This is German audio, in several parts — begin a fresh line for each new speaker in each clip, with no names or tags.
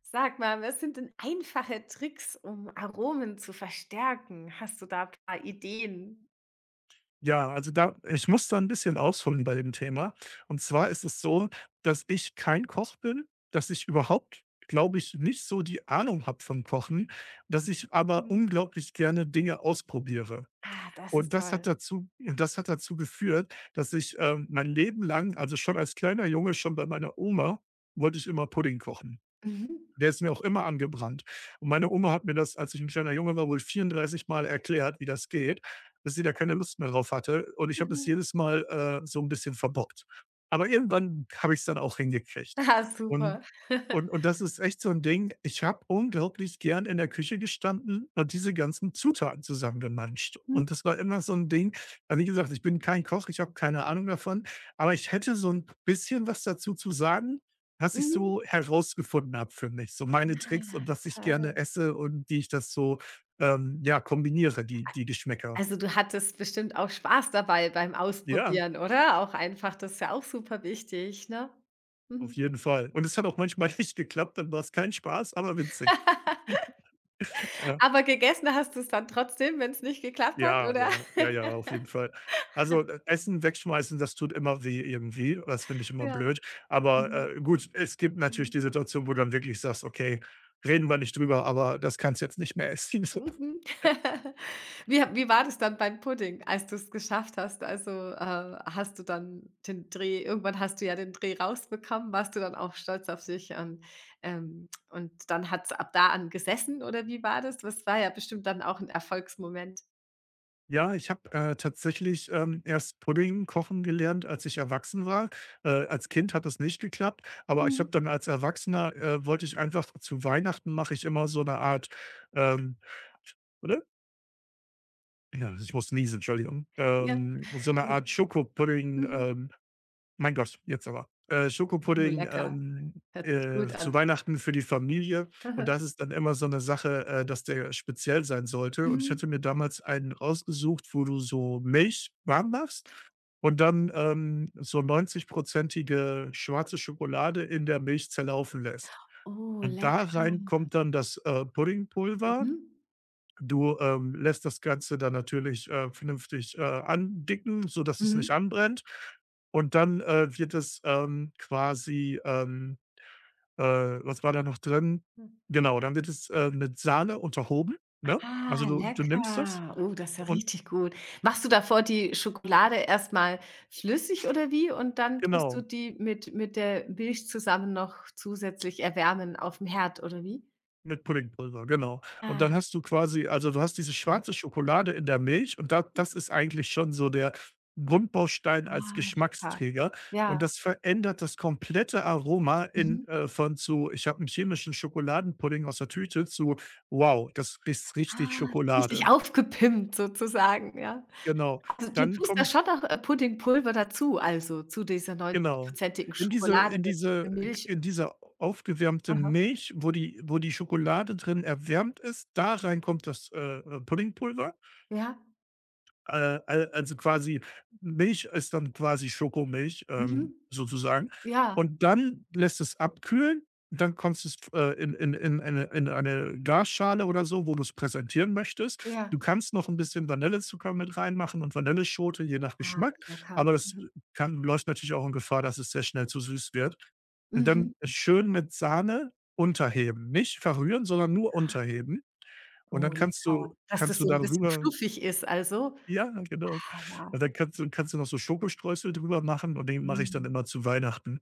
Sag mal, was sind denn einfache Tricks, um Aromen zu verstärken? Hast du da ein paar Ideen?
Ja, also da ich muss da ein bisschen ausholen bei dem Thema. Und zwar ist es so, dass ich kein Koch bin, dass ich überhaupt, glaube ich, nicht so die Ahnung habe vom Kochen, dass ich aber
Mhm.
unglaublich gerne Dinge ausprobiere.
Ah, das ist
Und
toll.
das hat dazu geführt, dass ich, mein Leben lang, also schon als kleiner Junge, schon bei meiner Oma, wollte ich immer Pudding kochen.
Mhm.
Der ist mir auch immer angebrannt. Und meine Oma hat mir das, als ich 'n kleiner Junge war, wohl 34 Mal erklärt, wie das geht, dass sie da keine Lust mehr drauf hatte. Und ich habe das
Mhm.
jedes Mal, so ein bisschen verbockt. Aber irgendwann habe ich's dann auch hingekriegt.
Ah,
Und
super.
und das ist echt so ein Ding, ich habe unglaublich gern in der Küche gestanden und diese ganzen Zutaten zusammengemanscht.
Mhm.
Und das war immer so ein Ding. Also, wie gesagt, ich bin kein Koch, ich habe keine Ahnung davon, aber ich hätte so ein bisschen was dazu zu sagen, was ich
Mhm.
so herausgefunden habe für mich, so meine Tricks und
Ah,
was ich gerne
toll.
esse und wie ich das so, ja, kombiniere, die Geschmäcker.
Also, du hattest bestimmt auch Spaß dabei beim
Ja,
Ausprobieren, oder? Auch einfach, das ist ja auch super wichtig, ne?
auf
Mhm.
jeden Fall. Und es hat auch manchmal nicht geklappt, dann war es kein Spaß, aber witzig. Ja.
Aber gegessen hast du es dann trotzdem, wenn es nicht geklappt hat,
Ja,
oder?
ja, ja, ja, auf jeden Fall. Also, Essen wegschmeißen, das tut immer weh irgendwie. Das finde ich immer
Ja.
blöd. Aber,
Mhm.
gut, es gibt natürlich die
Mhm.
Situation, wo du dann wirklich sagst: „Okay, reden wir nicht drüber, aber das kannst du jetzt nicht mehr essen.“
Mhm.
Ja.
Wie war das dann beim Pudding, als du es geschafft hast? Also, hast du ja den Dreh rausbekommen. Warst du dann auch stolz auf dich, und dann hat's ab da an gesessen oder wie war das? Das war ja bestimmt dann auch ein Erfolgsmoment.
Ja, ich habe, tatsächlich, erst Pudding kochen gelernt, als ich erwachsen war. Als Kind hat es nicht geklappt, aber ich
Mhm.
habe dann als Erwachsener, wollte ich einfach, zu Weihnachten mache ich immer so eine Art, ähm ja, ich muss niesen, Entschuldigung.
Ja.
So eine Art Schokopudding,
Mhm.
mein Gott, jetzt aber.
Oh,
Schokopudding,
lecker. Hört sich gut an.
zu Weihnachten für die Familie, und das ist dann immer so eine Sache, dass der speziell sein sollte, und ich
Mhm.
hatte mir damals einen rausgesucht, wo du so Milch warm machst und dann, so 90 schwarze Schokolade in der Milch zerlaufen lässt.
Oh,
Und da
lecker.
rein kommt dann das, Puddingpulver.
Mhm.
Du, lässt das Ganze dann natürlich, vernünftig, andicken, sodass es nicht
Mhm.
anbrennt. Und dann, wird es, quasi, was war da noch drin? Genau, dann wird es, mit Sahne unterhoben, ne? Also,
Ah,
du nimmst das
lecker. Oh, das ist ja
und
richtig gut. Machst du davor die Schokolade erstmal flüssig oder wie? Und dann tust du
genau.
die mit der Milch zusammen noch zusätzlich erwärmen auf dem Herd oder wie?
Mit Puddingpulver, genau. Und dann
Ah,
hast du quasi, also, du hast diese
ah,
schwarze Schokolade in der Milch, und da das ist eigentlich schon so der Grundbaustein als
ah, lecker.
Geschmacksträger,
Ja,
und das verändert das komplette Aroma in
mhm.
von zu: „Ich habe einen chemischen Schokoladenpudding aus der Tüte“ zu: „Wow, das ist richtig
Ah, so richtig
Schokolade.“
aufgepimpt sozusagen, ja.
Genau.
Also, du
Dann
tust da
kommt
schon noch, Puddingpulver dazu, also zu dieser 90
genau. In diese
Schokolade
in
mit der
diese
Milch.
in diese aufgewärmte
Aha.
Milch, wo die Schokolade drin erwärmt ist, da rein kommt das, Puddingpulver.
Ja.
Al Also quasi, Milch ist dann quasi Schokomilch,
Mhm.
sozusagen.
Ja,
Und dann lässt es abkühlen, dann kommst du es, in eine Glasschale oder so, wo du es präsentieren möchtest.
ja.
Du kannst noch ein bisschen Vanillezucker mit reinmachen und Vanilleschote, je nach
Ah,
Geschmack,
lecker.
aber das
Mhm.
kann läuft natürlich auch in Gefahr, dass es sehr schnell zu süß wird. Und
Mhm.
dann schön mit Sahne unterheben, nicht verrühren, sondern nur unterheben, und
Oh,
dann kannst du
lecker. Dass das
kannst du
so 'n bisschen
darüber,
fluffig ist also?
ja, genau.
Ah ja.
Und dann kannst du noch so Schokostreusel drüber machen, und den mache ich dann
Mhm.
immer zu Weihnachten.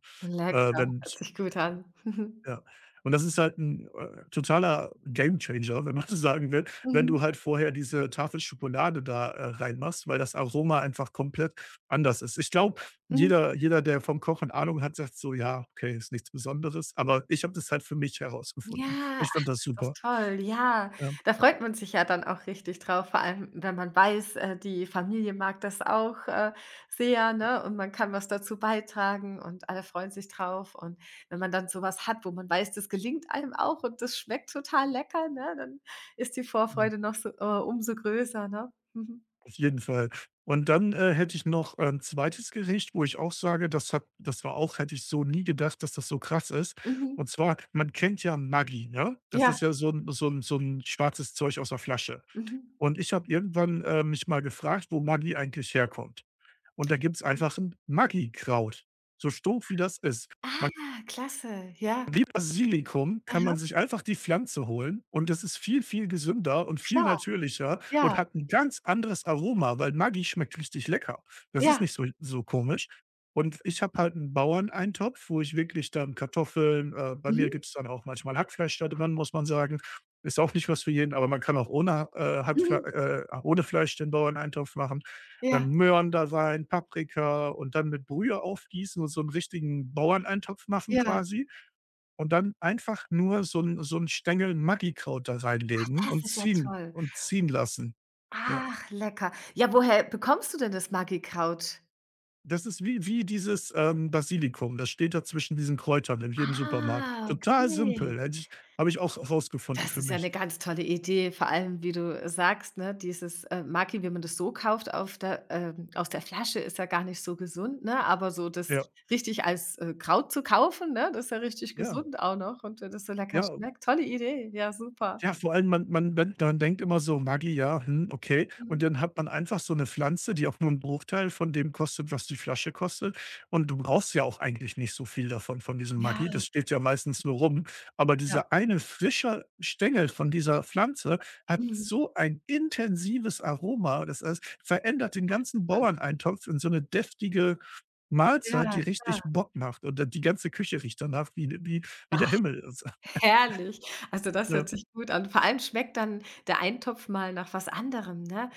Lecker, hört
Wenn's
sich gut an.
ja. Und das ist halt ein totaler Gamechanger, wenn man so sagen will,
Mhm.
wenn
Mhm.
du halt vorher diese Tafel Schokolade da, reinmachst, weil das Aroma einfach komplett anders ist. Ich glaube,
Mhm.
jeder, der vom Kochen Ahnung hat, sagt so: „Ja, okay, ist nichts Besonderes“, aber ich habe das halt für mich herausgefunden. Und
Ja,
ich
ach,
fand das
ist das
super.
toll. Ja,
Ja,
da freut man sich ja dann auch richtig drauf, vor allem, wenn man weiß, die Familie mag das auch, sehr,
ja,
ne, und man kann was dazu beitragen und alle freuen sich drauf. Und wenn man dann so was hat, wo man weiß, das gelingt einem auch und das schmeckt total lecker, ne, dann ist die
genau.
Vorfreude noch so, umso größer, ne? Mhm.
Auf jeden Fall. Und dann, hätte ich noch ein zweites Gericht, wo ich auch sage, das hat das war auch hätte ich so nie gedacht, dass das so krass ist.
Mhm.
Und zwar, man kennt ja Maggi, ne? Das
Ja.
ist ja so ein schwarzes Zeug aus der Flasche.
Mhm.
Und ich habe irgendwann, mich mal gefragt, wo Maggi eigentlich herkommt. Und da gibt's einfach ein Maggi-Kraut, so stumpf wie das ist.
Ah, klasse. Ja.
Wie Basilikum kann
Aha,
man sich einfach die Pflanze holen, und das ist viel, viel gesünder und viel
klar.
natürlicher und
Ja,
hat ein ganz anderes Aroma, weil Maggi schmeckt richtig lecker. Das ist
ja.
nicht so komisch. Und ich habe halt einen Bauerneintopf, wo ich wirklich dann Kartoffeln, bei mir
Mhm,
gibt es dann auch manchmal Hackfleisch da dran, muss man sagen. Ist auch nicht was für jeden, aber man kann auch ohne,
mhm.
Hackfle ohne Fleisch den Bauerneintopf machen. Dann
Ja,
Möhren da rein, Paprika und dann mit Brühe aufgießen und so einen richtigen Bauerneintopf machen
ja.
quasi. Und dann einfach nur so 'n Stängel Maggikraut da reinlegen
Das ist ja toll.
und ziehen lassen. Ja.
Ach, lecker. Ja, woher bekommst du denn das Maggi Kraut?
Das ist wie dieses, Basilikum. Das steht da zwischen diesen Kräutern in jedem Supermarkt.
Ah,
Total
okay.
simpel, hätte ich habe ich auch rausgefunden
Das
für
ist ja
mich.
eine ganz tolle Idee, vor allem, wie du sagst, ne, dieses, Maki, wenn man das so kauft auf der aus der Flasche, ist ja gar nicht so gesund, ne? Aber so das
Ja,
richtig als, Kraut zu kaufen, ne, das ist ja richtig
ja,
gesund auch noch und wenn das so lecker
ja.
schmeckt. Tolle Idee, ja super.
Ja, vor allem, man denkt immer so: „Maggi, ja, hm, okay.“ Und
Mhm.
dann hat man einfach so eine Pflanze, die auch nur 'n Bruchteil von dem kostet, was die Flasche kostet. Und du brauchst ja auch eigentlich nicht so viel davon, von diesem
Ja,
Maggi. Das steht ja meistens nur rum. Aber
ja.
dieser eine frische Stängel von dieser Pflanze hat
Mhm.
so ein intensives Aroma. Das heißt, verändert den ganzen
Toll.
Bauerneintopf in so eine deftige Mahlzeit,
Ja,
die
klar.
richtig Bock macht. Und die ganze Küche riecht danach wie der Himmel. Also,
Herrlich. Also, das
ne?
hört sich gut an. Vor allem schmeckt dann der Eintopf mal nach was anderem, ne?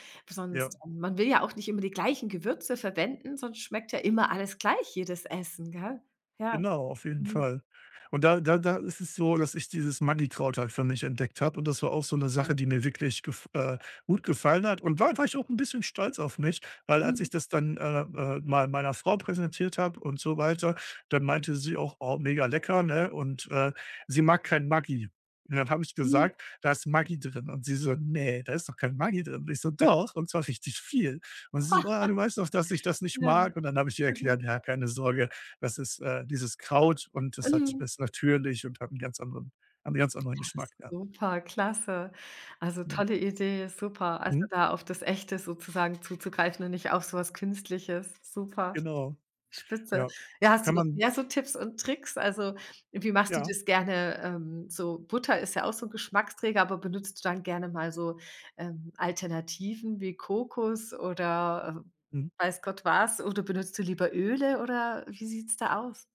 Ja.
Sonst man will ja auch nicht immer die gleichen Gewürze verwenden, sonst schmeckt ja immer alles gleich, jedes Essen, gell? Ja.
Genau, auf jeden
Mhm.
Fall. Und da ist es so, dass ich dieses Magikraut halt für mich entdeckt habe, und das war auch so eine Sache, die mir wirklich gef gut gefallen hat, und war ich auch ein bisschen stolz auf mich, weil als
Mhm.
ich das dann, mal meiner Frau präsentiert habe und so weiter, dann meinte sie auch: „Oh, mega lecker“, ne? Und, sie mag kein Maggi. Und dann habe ich
Mhm.
gesagt: „Da ist Maggi drin.“ Und sie so: „Ne, da ist doch kein Maggi drin.“ Und ich so: „Doch, und zwar richtig viel.“ Und sie so: „Ah, du weißt doch, dass ich das nicht
Ja.
mag.“ Und dann habe ich ihr
Mhm.
erklärt: „Ja, keine Sorge, das ist, dieses Kraut, und das hat
Mhm.
ist natürlich und hat einen ganz anderen Geschmack, ja.
Super, klasse. Also,
Ja.
tolle Idee, super. Also,
Mhm.
da auf das Echte sozusagen zuzugreifen und nicht auf sowas Künstliches. Super.
Genau.
Spitze.
Ja.
Ja, hast du
Kann
noch
man
mehr so Tipps und Tricks? Also, wie machst du
ja.
das gerne? So Butter ist ja auch so 'n Geschmacksträger, aber benutzt du dann gerne mal so, Alternativen wie Kokos oder,
Mhm.
weiß Gott was? Oder benutzt du lieber Öle oder wie sieht's da aus?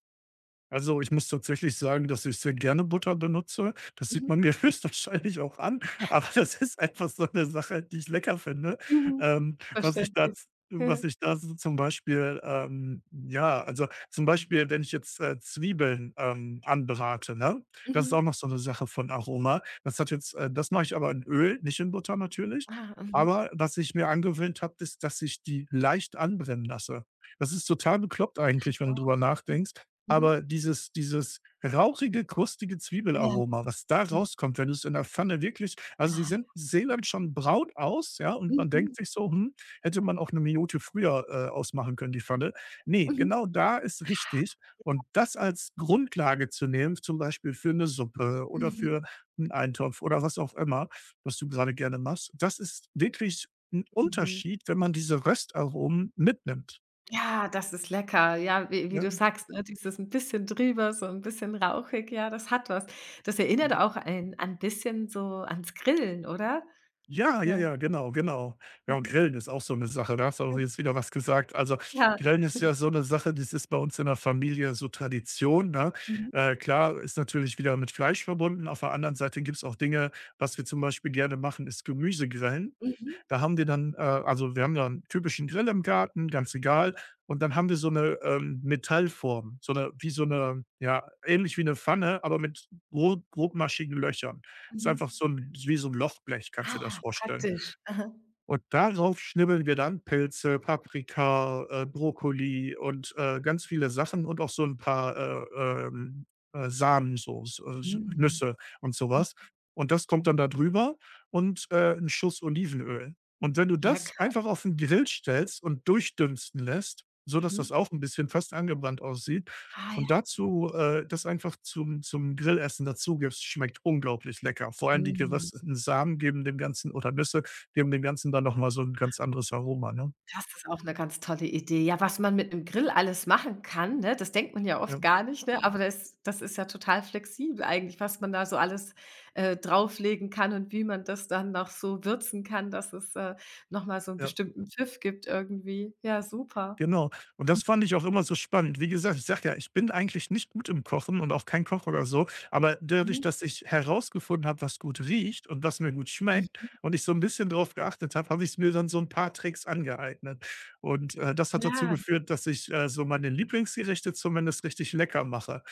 Also, ich muss tatsächlich sagen, dass ich sehr gerne Butter benutze. Das sieht
Mhm.
man mir höchstwahrscheinlich auch an, aber das ist einfach so eine Sache, die ich lecker finde.
Mhm. Verständlich.
Was ich da so zum Beispiel, ja, also, zum Beispiel, wenn ich jetzt, Zwiebeln, anbrate, ne? Das ist
Mhm.
auch noch so eine Sache von Aroma. Das hat jetzt Das mache ich aber in Öl, nicht in Butter natürlich.
Ah, mhm.
Aber was ich mir angewöhnt habe, ist, dass ich die leicht anbrennen lasse. Das ist total bekloppt
Ja,
eigentlich, wenn du drüber
mhm.
nachdenkst.
Mhm.
Aber dieses rauchige, krustige
Ja.
Zwiebelaroma, was da
Mhm.
rauskommt, wenn du es in der Pfanne wirklich, also, sie
Ah.
sind sehen dann schon braun aus, ja, und man
Mhm.
denkt sich so: „Hm, hätte man auch eine Minute früher, ausmachen können, die Pfanne.“ Ne,
Mhm.
genau, da ist richtig. Und das als Grundlage zu nehmen, zum Beispiel für eine Suppe oder
Mhm.
für einen Eintopf oder was auch immer, was du gerade gerne machst, das ist wirklich ein
Mhm.
Unterschied, wenn man diese Röstaromen mitnimmt,
Ja, das ist lecker. Ja, wie
ne?
du sagst, ne, dieses ein bisschen drüber, so ein bisschen rauchig, ja, das hat was. Das erinnert auch ein bisschen so ans Grillen, oder?
Ja, ja,
Ja.
ja, genau, genau. Ja, und
Mhm.
Grillen ist auch so eine Sache, da hast du auch
Mhm.
jetzt wieder was gesagt. Also,
Ja.
Grillen ist ja so eine Sache, das ist bei uns in der Familie so Tradition, ne?
Mhm.
Klar, ist natürlich wieder mit Fleisch verbunden. Auf der anderen Seite gibt's auch Dinge, was wir zum Beispiel gerne machen, ist Gemüsegrillen.
Mhm.
Da haben wir dann, also, wir haben da 'n typischen Grill im Garten, ganz egal. Und dann haben wir so eine, Metallform, so eine, wie so eine, ja, ähnlich wie eine Pfanne, aber mit grobmaschigen Löchern. Ist einfach
Mhm.
so ein, wie so ein Lochblech, kannst du dir das
Ah,
vorstellen.
praktisch. Aha.
Und darauf schnibbeln wir dann Pilze, Paprika, Brokkoli und, ganz viele Sachen und auch so ein paar, ähm, Samen, so s s
Mhm.
Nüsse und sowas. Und das kommt dann da drüber und, 'n Schuss Olivenöl. Und wenn du das
Lecker.
einfach auf 'n Grill stellst und durchdünsten lässt, so dass
Mhm.
das auch ein bisschen fast angebrannt aussieht
Ah
und
ja.
dazu, das einfach zum Grillessen dazu gibst, schmeckt unglaublich lecker. Vor allem die
Mhm.
gerösteten Samen geben dem Ganzen oder Nüsse geben dem Ganzen dann noch mal so ein ganz anderes Aroma, ne?
Das ist auch 'ne ganz tolle Idee. Ja, was man mit 'nem Grill alles machen kann, ne? Das denkt man ja
Ja,
oft gar nicht, ne? Aber das ist ja total flexibel eigentlich, was man da so alles, drauflegen kann und wie man das dann noch so würzen kann, dass es, noch mal so 'n
ja,
bestimmten Pfiff gibt irgendwie. Ja, super.
genau. Und das fand ich auch immer so spannend. Wie gesagt, ich sage ja, ich bin eigentlich nicht gut im Kochen und auch kein Koch oder so, aber dadurch,
Mhm.
dass ich herausgefunden habe, was gut riecht und was mir gut schmeckt und ich so ein bisschen drauf geachtet habe, habe ich mir dann so ein paar Tricks angeeignet. Und, das hat dazu
Ja.
geführt, dass ich, so meine Lieblingsgerichte zumindest richtig lecker mache.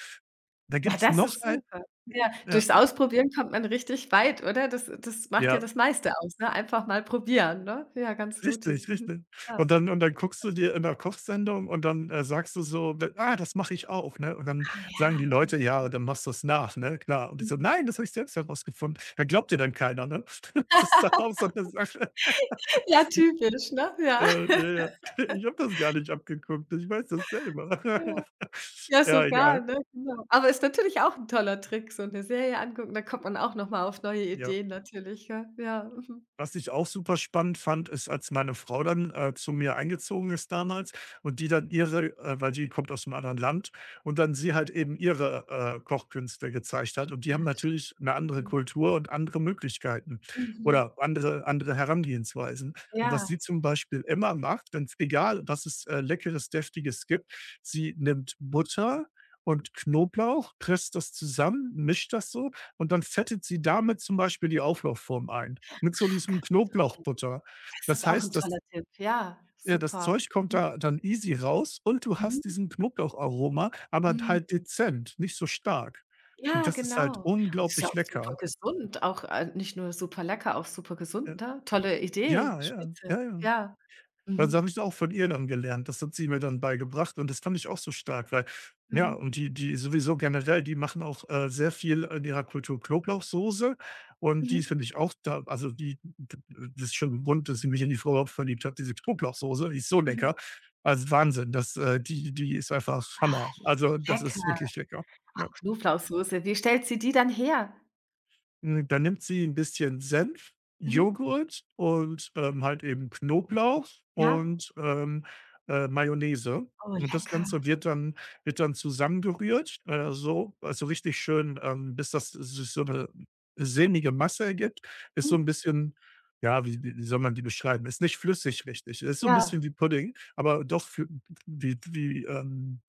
Da
Ja,
gibt's
das
noch
ist
ein
super. Ja,
ja,
durchs Ausprobieren kommt man richtig weit, oder? Das macht ja
ja.
das meiste aus, ne? Einfach mal probieren, ne? Ja, ganz mutig.
Richtig,
Mhm.
richtig.
Ja.
Und dann guckst du dir in der Kochsendung und dann, sagst du so: „D ah, das mache ich auch“, ne? Und dann
Oh
sagen die Leute:
ja.
„Ja, dann machst du's nach“, ne, klar. Und ich so:
Mhm.
„Nein, das habe ich selbst herausgefunden.“ Ja, glaubt dir dann keiner, ne? Das ist dann auch so 'ne Sache.
Ja, typisch, ne? Ja.
Ja, ja, ja. Ich habe das gar nicht abgeguckt. Ich weiß das selber.
Ja. Ja,
Ja,
sogar,
egal.
ne? Genau. Aber ist natürlich auch 'n toller Trick, so 'ne Serie angucken, da kommt man auch noch mal auf neue
Ja.
Ideen natürlich, gell? Ja, mhm.
Was ich auch super spannend fand, ist, als meine Frau dann, zu mir eingezogen ist damals und die dann ihre weil die kommt aus einem anderen Land und dann sie halt eben ihre, Kochkünste gezeigt hat und die haben
Ah,
natürlich eine andere
mhm,
Kultur und andere Möglichkeiten
mhm.
oder andere Herangehensweisen. Und was
Ja,
sie zum Beispiel immer macht, ganz egal, was es, Leckeres, Deftiges gibt, sie nimmt Butter und Knoblauch, presst das zusammen, mischt das so und dann fettet sie damit zum Beispiel die Auflaufform ein mit so diesem
ganz toll.
Knoblauchbutter.
Das
Das
ist auch 'n
heißt,
toller
das
Tipp. Ja,
ja, das
super.
Zeug kommt
Mhm.
da dann easy raus und du hast
Mhm.
diesen Knoblaucharoma, aber halt
Mhm.
dezent, nicht so stark. Und
Ja,
das ist halt
genau. Und ist ja
unglaublich
auch super
lecker.
gesund, auch, nicht nur super lecker, auch super
Ja,
gesund, ne? Tolle Idee,
ja, ja,
spitze.
ja, ja.
Ja.
Also,
Mhm.
habe ich auch von ihr dann gelernt. Das hat sie mir dann beigebracht und das fand ich auch so stark, weil ja, und
Mhm.
die sowieso generell, die machen auch, sehr viel in ihrer Kultur Knoblauchsoße und
Mhm.
die finde ich auch da also, die das ist schon 'n Grund, dass ich mich in die Frau überhaupt verliebt habe, diese Knoblauchsoße, die ist so
Mhm.
lecker. Also, Wahnsinn, das die die ist einfach
Ah,
Hammer. Also, das ist
lecker.
wirklich lecker. Ja.
Ach, Knoblauchsoße. Wie stellt sie die dann her?
Da nimmt sie ein bisschen Senf,
Mhm.
Joghurt und, halt eben Knoblauch
Ja?
und, Mayonnaise.
Oh,
Und das
lecker.
Ganze wird dann zusammengerührt, so also, richtig schön, bis das sich so eine sehnige Masse ergibt. Ist
Mhm.
so ein bisschen ja, wie soll man die beschreiben? Ist nicht flüssig richtig. Ist so ein
Ja,
bisschen wie Pudding, aber doch für wie,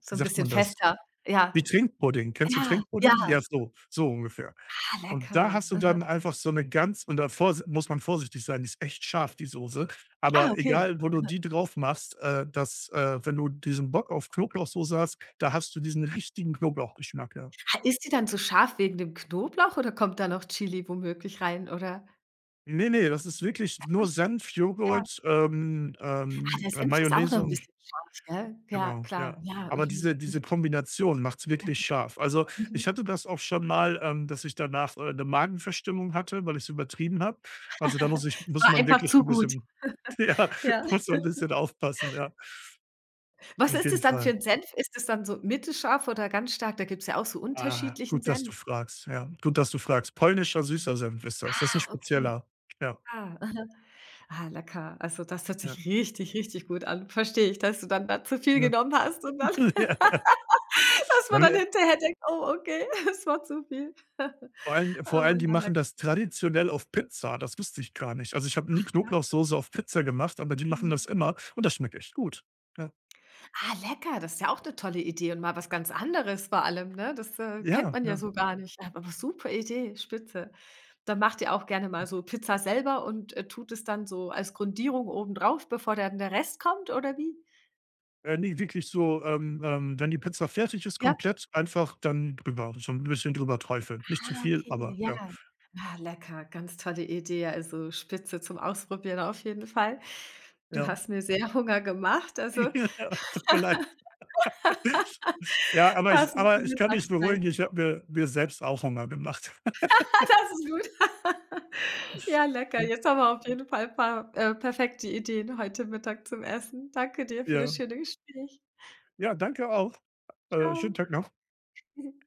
so
wie
'n
sagt
bisschen
man das?
fester. Ja.
Wie Trinkpudding. Kennst du
Ja, ja.
Trinkpudding? Ja, so so ungefähr.
Ah,
Und da
lecker.
hast du
Mhm.
dann einfach so eine ganz und da s muss man vorsichtig sein, die ist echt scharf, die Soße.
Ah,
Aber
okay.
egal, wo du die drauf machst, das wenn du diesen Bock auf Knoblauchsoße hast, da hast du diesen richtigen Knoblauchgeschmack, ja.
Ah, ist die dann so scharf wegen dem Knoblauch oder kommt da noch Chili womöglich rein, oder?
Ne, ne, das ist wirklich nur Senf,
Ja.
Joghurt,
Ah, der Senf ist auch noch
Mayonnaise
'n
und
bisschen scharf, gell? Ja,
genau,
klar.
ja.
Ja,
Aber
mhm.
diese Kombination macht's
Ja,
wirklich scharf. Also, ich
mhm.
hatte das auch schon mal, dass ich danach, 'ne Magenverstimmung hatte, weil ich es übertrieben habe. Also, da
Es
muss
war
man
einfach
wirklich
zu
ein
gut.
bisschen ja,
Ja.
muss man ein bisschen aufpassen, ja,
Was
auf
ist
jeden
es dann für
Fall.
'n Senf? Ist es dann so mittelscharf oder ganz stark? Da gibt's ja auch so
Ah,
unterschiedlichen
gut, dass
Senf.
du fragst, ja. Gut, dass du fragst. Polnischer süßer Senf ist das. Das ist ein
Ah, okay.
spezieller. Ja,
Ah. Ah, lecker. Also, das hört
ja,
sich richtig, richtig gut an. Verstehe ich, dass du dann da zu viel
ne?
genommen hast und dann
Ja.
dass man
Dann,
dann hinterher denkt: „Oh, okay, es war zu viel.“
vor allem
Aber
die
ja,
machen
lecker.
das traditionell auf Pizza. Das wusste ich gar nicht. Also, ich habe nie
Ach, klasse.
Knoblauchsoße auf Pizza gemacht, aber die machen das
Mhm.
immer und das schmeckt echt gut. Ja,
Ah, lecker, das ist ja auch eine tolle Idee und mal was ganz anderes vor allem, ne? Das, kennt
ja,
man ja
ja.
so gar nicht. Ja, aber super Idee, spitze. Dann macht ihr auch gerne mal so Pizza selber und, tut es dann so als Grundierung obendrauf, bevor dann der Rest kommt oder wie?
Ne, wirklich so, wenn die Pizza fertig ist,
Ja?
komplett einfach dann drüber, so ein bisschen drüber träufeln. Nicht zu
Ah,
viel,
okay,
aber ja,
ja. Ah, lecker, ganz tolle Idee, also spitze zum Ausprobieren auf jeden Fall. Du
ja.
hast mir sehr Hunger gemacht, also
Ja, tut mir leid. Ja,
passend
aber
zur
ich kann dich
Mittagszeit.
beruhigen, ich habe mir selbst auch Hunger gemacht.
Ah, das ist gut. Ja, lecker. Jetzt haben wir auf jeden Fall ein paar, perfekte Ideen heute Mittag zum Essen. Danke dir für
Ja.
das schöne Gespräch.
Ja, danke auch.
Ciao.
Schönen Tag noch.